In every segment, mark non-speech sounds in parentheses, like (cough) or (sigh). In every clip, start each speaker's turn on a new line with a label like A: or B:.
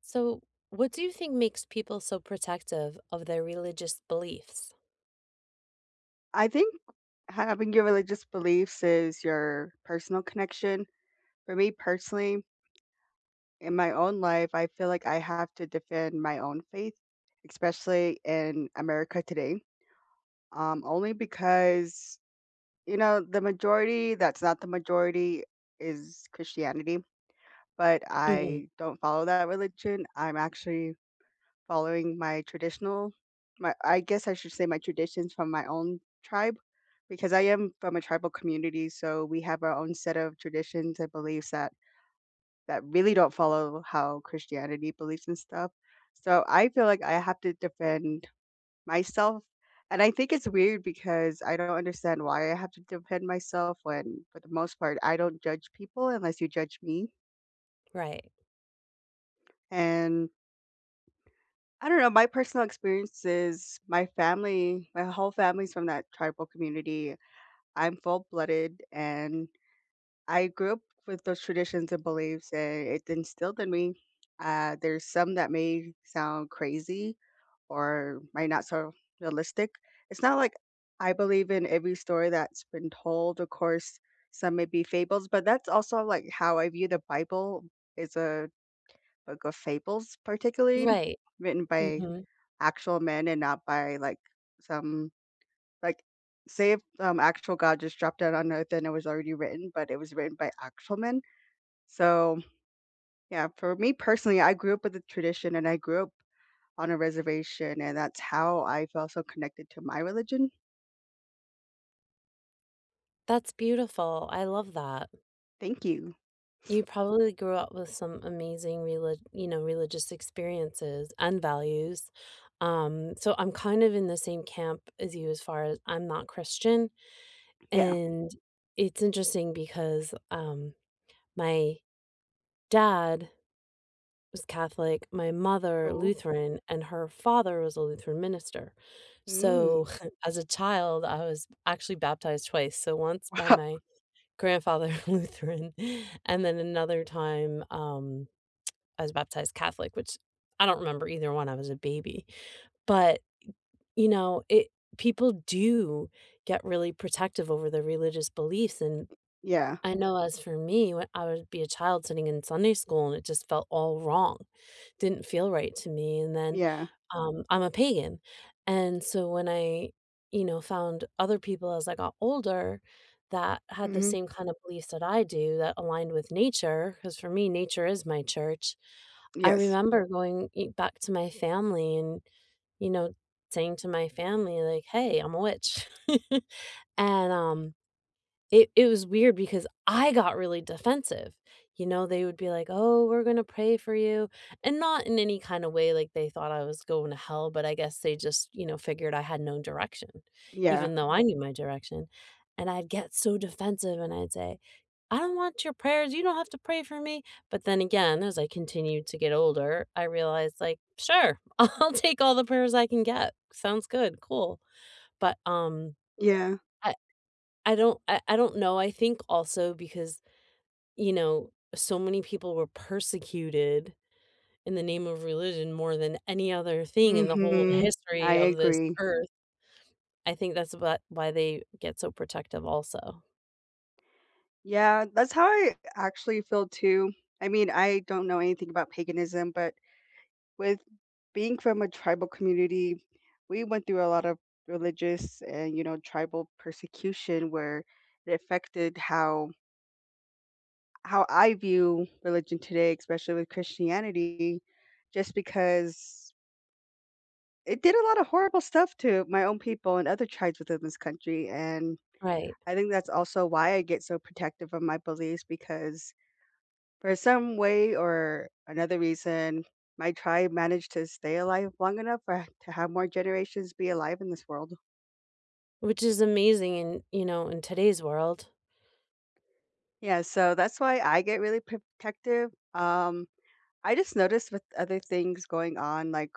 A: So, what do you think makes people so protective of their religious beliefs?
B: I think having your religious beliefs is your personal connection. For me personally, in my own life, I feel like I have to defend my own faith, especially in America today. Only because the majority that's not the majority is Christianity, but
A: Hmm.
B: I don't follow that religion. I'm actually following my traditional my I guess I should say my traditions from my own tribe because I am from a tribal community, so we have our own set of traditions and beliefs that really don't follow how Christianity believes and stuff. So I feel like I have to defend myself. And I think it's weird because I don't understand why I have to defend myself when, for the most part, I don't judge people unless you judge me.
A: Right.
B: And I don't know, my personal experience is my family, my whole family's from that tribal community. I'm full-blooded, and I grew up with those traditions and beliefs, and it's instilled in me. There's some that may sound crazy or might not sound realistic. It's not like I believe in every story that's been told. Of course, some may be fables, but that's also like how I view the Bible is a book of fables, particularly
A: Right.
B: written by
A: Hmm.
B: actual men and not by like some like say if actual God just dropped down on earth and it was already written, but it was written by actual men. So yeah, for me personally, I grew up with the tradition and I grew up on a reservation and that's how I felt so connected to my religion.
A: That's beautiful. I love that.
B: Thank you.
A: You probably grew up with some amazing you know, religious experiences and values. So I'm kind of in the same camp as you as far as I'm not Christian.
B: Yeah.
A: And it's interesting because my dad was Catholic, my mother
B: Oh.
A: Lutheran, and her father was a Lutheran minister.
B: Mm.
A: So, (laughs) as a child, I was actually baptized twice. So, once by
B: (laughs) Wow.
A: my grandfather (laughs) Lutheran, and then another time, I was baptized Catholic, which I don't remember either one. I was a baby. But, you know, it people do get really protective over their religious beliefs. And
B: Yeah.
A: I know as for me, when I would be a child sitting in Sunday school and it just felt all wrong. Didn't feel right to me, and then,
B: Yeah.
A: I'm a pagan, and so when you know, found other people as I got older that had the
B: hmm
A: same kind of beliefs that I do that aligned with nature, because for me, nature is my church. I
B: Yes.
A: remember going e back to my family and, you know, saying to my family, like, "Hey, I'm a witch." (laughs) And, it was weird because I got really defensive, you know, they would be like, "Oh, we're gonna pray for you," and not in any kind of way like they thought I was going to hell, but I guess they just, you know, figured I had no direction,
B: Yeah.
A: even though I Mhm. knew my direction, and I'd get so defensive and I'd say, "I don't want your prayers, you don't have to pray for me," but then again, as I continued to get older, I realized, like, "Sure, (laughs) I'll take all the prayers I can get, sounds good, cool," but,
B: Yeah.
A: I I don't know, I think also because, you know, so many people were persecuted in the name of religion more than any other thing in the whole
B: hmm I
A: history of this
B: agree.
A: earth. I think that's about why they get so protective also.
B: Yeah, that's how I actually feel too. I mean, I don't know anything about paganism, but with being from a tribal community, we went through a lot of religious and, you know, tribal persecution where it affected how I view religion today, especially with Christianity, just because it did a lot of horrible stuff to my own people and other tribes within this country. And
A: Right.
B: I think that's also why I get so protective of my beliefs because for some way or another reason, my tribe managed to stay alive long enough for (laughs) to have more generations be alive in this world.
A: Which is amazing in, you know, in today's world.
B: Yeah, so that's why I get really protective. I just noticed with other things going on, like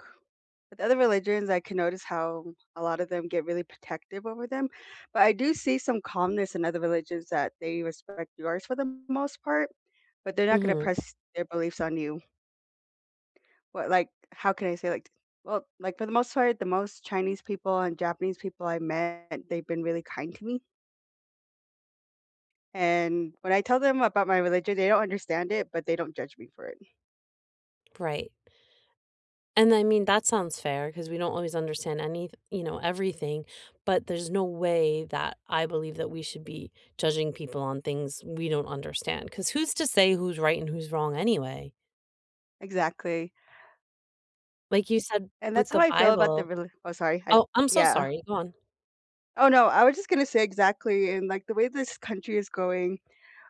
B: with other religions, I can notice how a lot of them get really protective over them. But I do see some calmness in other religions that they respect yours for the most part, but they're not going to
A: Mhm,
B: press their beliefs on you. What, like, how can I say, like well, like, for the most part, the most Chinese people and Japanese people I met, they've been really kind to me, and when I tell them about my religion, they don't understand it, but they don't judge me for it.
A: right. And I mean, that sounds fair because we don't always understand you know, everything, but there's no way that I believe that we should be judging people on things we don't understand. Because who's to say who's right and who's wrong anyway?
B: Exactly,
A: Like you said
B: and
A: with
B: that's how
A: the
B: I feel about the
A: Bible.
B: reli oh, sorry, I d
A: Oh, I'm so
B: yeah.
A: sorry. Go on.
B: Oh, no, I was just gonna say exactly, and, like, the way this country is going,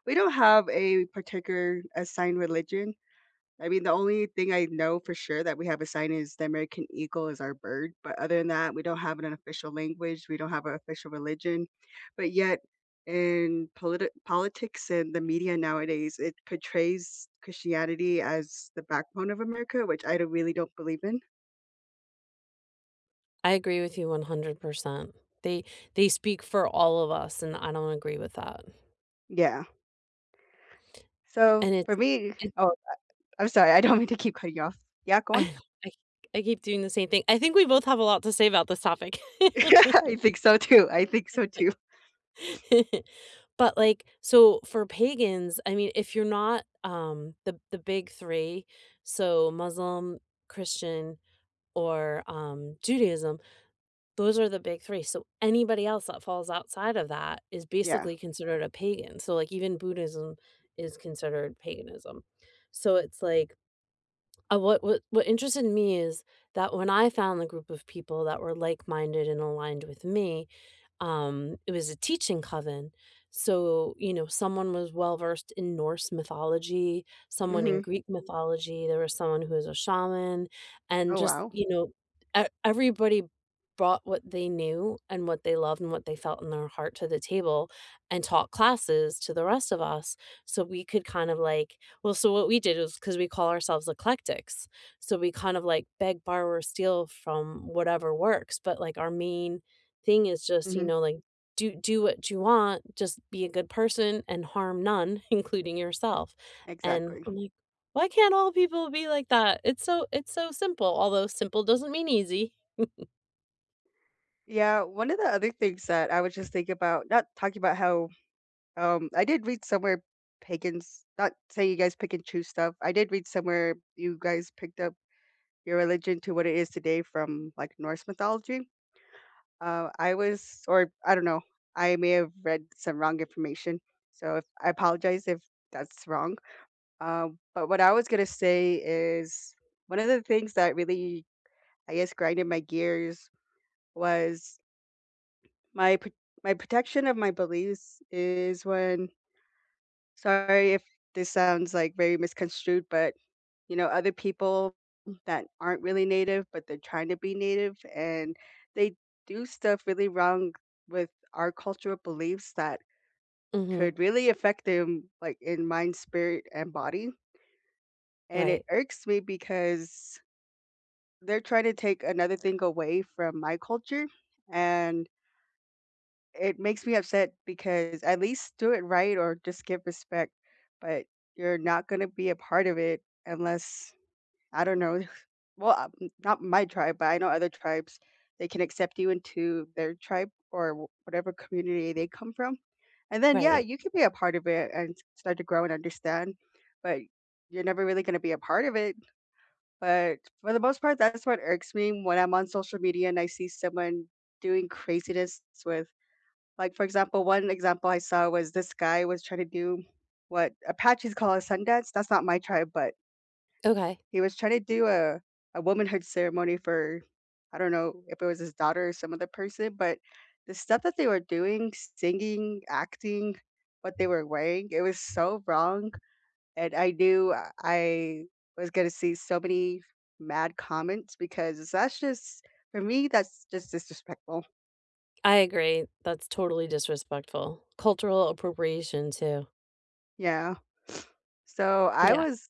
B: we don't have a particular assigned religion. I mean, the only thing I know for sure that we have a sign is the American eagle is our bird, but other than that, we don't have an official language, we don't have an official religion. But yet, in politi- politics and the media nowadays, it portrays Christianity as the backbone of America, which I don't, really don't believe in.
A: I agree with you 100%. They they speak for all of us, and I don't agree with that.
B: Yeah. So
A: And
B: for
A: it's
B: me,
A: it,
B: oh, I'm sorry, I don't mean to keep cutting you off. Yeah,
A: (laughs)
B: go on.
A: I, I I keep doing the same thing. I think we both have a lot to say about this topic. (laughs)
B: (laughs) I think so too. I think so too.
A: (laughs) But, like, so for pagans, I mean, if you're not, the big 3, so Muslim, Christian, or, Judaism, those are the big 3, so anybody else that falls outside of that is
B: Yeah.
A: basically considered a pagan, so, like, even Buddhism is considered paganism. So it's like what interested me is that when I found the group of people that were like-minded and aligned with me, it was a teaching coven. So, you know, someone was well-versed in Norse mythology, someone in
B: hmm
A: Greek mythology, there was someone who was a shaman, and
B: Oh
A: just,
B: wow.
A: you know, e everybody brought what they knew and what they loved and what they felt in their heart to the table and taught classes to the rest of us so we could kind of, like, well, so what we did was because we call ourselves eclectics, so we kind of, like, beg, borrow, or steal from whatever works, but, like, our main thing is just, you
B: hmm
A: know, like, do what you want, just be a good person and harm none, (laughs) including yourself, and
B: Exactly.
A: I'm like, "Why can't all people be like that?" It's so simple, although simple doesn't mean easy.
B: Yeah, one of the other things that I was just thinking about, not talking about how I did read somewhere pagans not saying you guys pick and choose stuff. I did read somewhere you guys picked up your religion to what it is today from like Norse mythology. I was or I don't know, I may have read some wrong information. So if I apologize if that's wrong. But what I was gonna say is one of the things that really I guess grinded my gears was My pro my protection of my beliefs is when sorry if this sounds, like, very misconstrued, but, you know, other people that aren't really Native, but they're trying to be Native, and they do stuff really wrong with our cultural beliefs that
A: Mhm.
B: could really affect them, like, in mind, spirit, and body, and it
A: Right.
B: irks me because they're trying to take another thing away from my culture, and it makes me upset because at least do it right or just give respect, but you're not gonna be a part of it unless I don't know. (laughs) Well, not my tribe, but I know other tribes, they can accept you into their tribe or wh whatever community they come from, and then, yeah,
A: Right.
B: you can be a part of it and s start to grow and understand, but you're never really gonna be a part of it, but for the most part, that's what irks me when I'm on social media and I see someone doing craziness with like, for example, one example I saw was this guy was trying to do what Apaches call a sundance. That's not my tribe, but
A: Okay.
B: he was trying to do a womanhood ceremony for I don't know if it was his daughter or some other person, but the stuff that they were doing, singing, acting, what they were wearing, it was so wrong. And I knew I was gonna see so many mad comments because that's just for me, that's just disrespectful.
A: I agree. That's totally disrespectful. Cultural appropriation too.
B: Yeah. So, I
A: Yeah.
B: was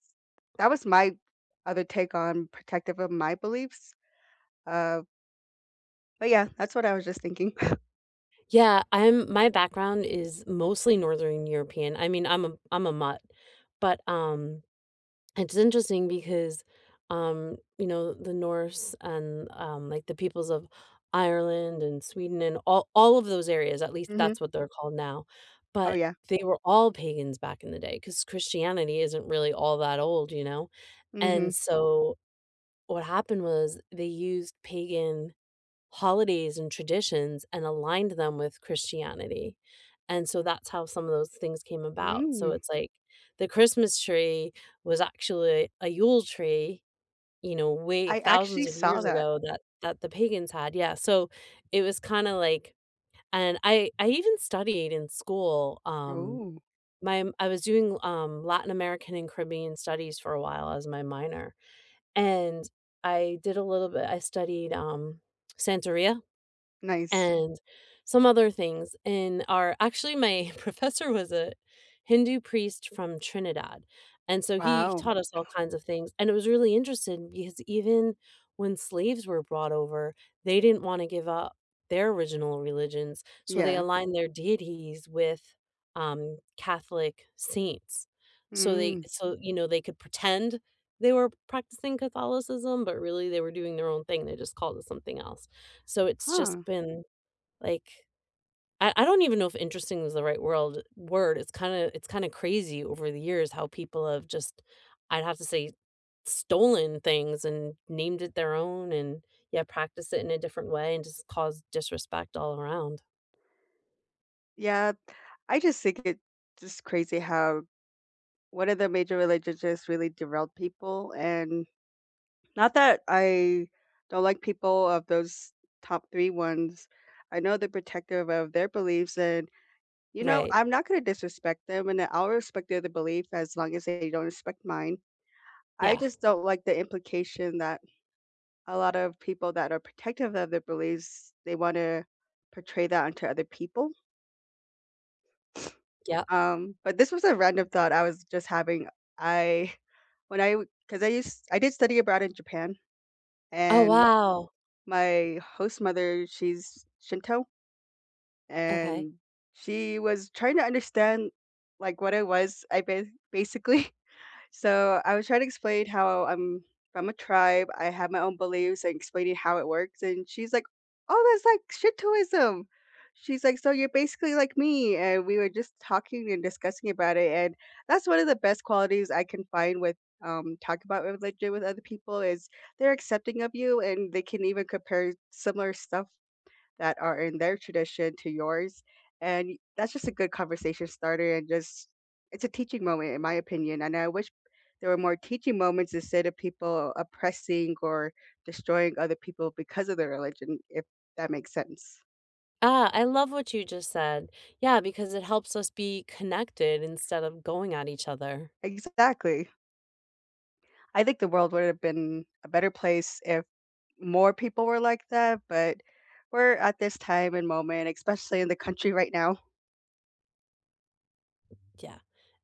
B: that was my other take on protective of my beliefs, uh, but yeah, that's what I was just thinking.
A: Yeah, I'm my background is mostly Northern European. I mean, I'm a mutt, but, it's interesting because, you know, the Norse and, like, the peoples of Ireland and Sweden and all of those areas, at
B: (laughs)
A: least that's
B: Mhm.
A: what they're called now,
B: Oh,
A: but
B: yeah.
A: they were all pagans back in the day because Christianity isn't really all that old, you know, and
B: Mhm.
A: so what happened was they used pagan holidays and traditions and aligned them with Christianity, and so that's how some of those things came about. So
B: Mm.
A: it's like the Christmas tree was actually a Yule tree, you know, way
B: I actually
A: thousands of
B: saw
A: years
B: that.
A: ago that the pagans had, yeah, so it was kinda like and I even studied in school,
B: Oh,
A: my I was doing, Latin American and Caribbean studies for a while as my minor, and I did a little bit I studied, Santeria
B: nice.
A: and some other things. And our actually, my (laughs) professor was a Hindu priest from Trinidad, and so he
B: Wow.
A: taught us all kinds of things, and it was really interesting because even when slaves were brought over, they didn't wanna give up their original religions, so they
B: Yeah.
A: aligned their deities with, Catholic saints. So they
B: Mm.
A: so, you know, they could pretend they were practicing Catholicism, but really they were doing their own thing, they just called it something else. So it's just
B: Huh.
A: been like, I don't even know if interesting is the right world word. It's kinda crazy over the years how people have just, I'd have to say, stolen things and named it their own and, yeah, practice it in a different way and just cause disrespect all around.
B: Yeah, I just think it's just crazy how one of the major religions just really derailed people and not that I don't like people of those top 3 ones. I know they're protective of their beliefs and, you know,
A: Right.
B: I'm not gonna disrespect them and I'll respect their belief as long as they don't respect mine. I
A: Yeah.
B: just don't like the implication that a lot of people that are protective of their beliefs, they wanna portray that onto other people.
A: Yep.
B: But this was a random thought I was just having. I when I because I did study abroad in Japan
A: Oh,
B: and
A: wow.
B: my host mother, she's Shinto,
A: Okay.
B: and she was trying to understand like what I was, basically. So I was trying to explain how I'm from a tribe. I have my own beliefs and explaining how it works. And she's like, oh, that's like shintoism." She's like, so you're basically like me. And we were just talking and discussing about it. And that's one of the best qualities I can find with talk about religion with other people is they're accepting of you and they can even compare similar stuff that are in their tradition to yours. And that's just a good conversation starter and just it's a teaching moment in my opinion. And I wish there were more teaching moments instead of people oppressing or destroying other people because of their religion, if that makes sense.
A: Ah, I love what you just said. Yeah, because it helps us be connected instead of going at each other.
B: Exactly. I think the world would have been a better place if more people were like that, but we're at this time and moment, especially in the country right now.
A: Yeah.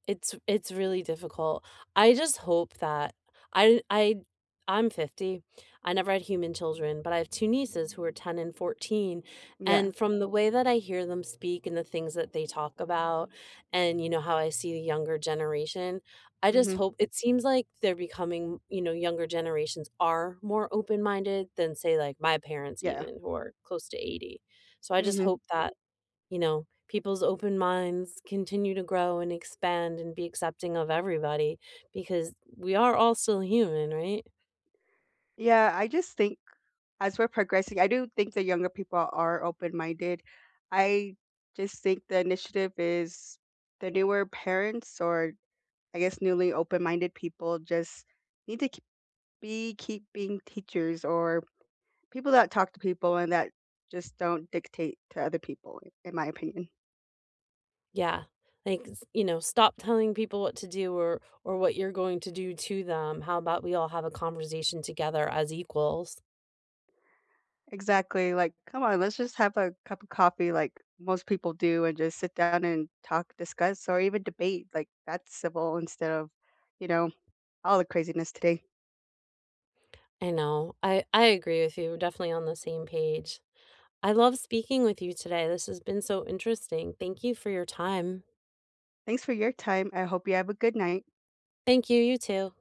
A: It's really difficult. I just hope that I I I'm 50. I never had human children, but I have 2 nieces who are 10 and 14,
B: Yeah.
A: and from the way that I hear them speak and the things that they talk about and, you know, how I see the younger generation, I just
B: hmm
A: hope it seems like they're becoming you know, younger generations are more open-minded than, say, like, my parents
B: Yeah.
A: even who are close to 80. So I just
B: hmm
A: hope that you know, people's open minds continue to grow and expand and be accepting of everybody because we are all still human, right?
B: Yeah. I just think as we're progressing, I do think the younger people are open-minded. I just think the initiative is the newer parents or I guess newly open-minded people just need to be keep being teachers or people that talk to people and that just don't dictate to other people, in my opinion.
A: Yeah. Like, you know, stop telling people what to do or what you're going to do to them. How about we all have a conversation together as equals?
B: Exactly. Like, come on, let's just have a cup of coffee like most people do and just sit down and talk, discuss, or even debate. Like, that's civil instead of, you know, all the craziness today.
A: I know. I agree with you. We're definitely on the same page. I love speaking with you today. This has been so interesting. Thank you for your time.
B: Thanks for your time. I hope you have a good night.
A: Thank you, you too.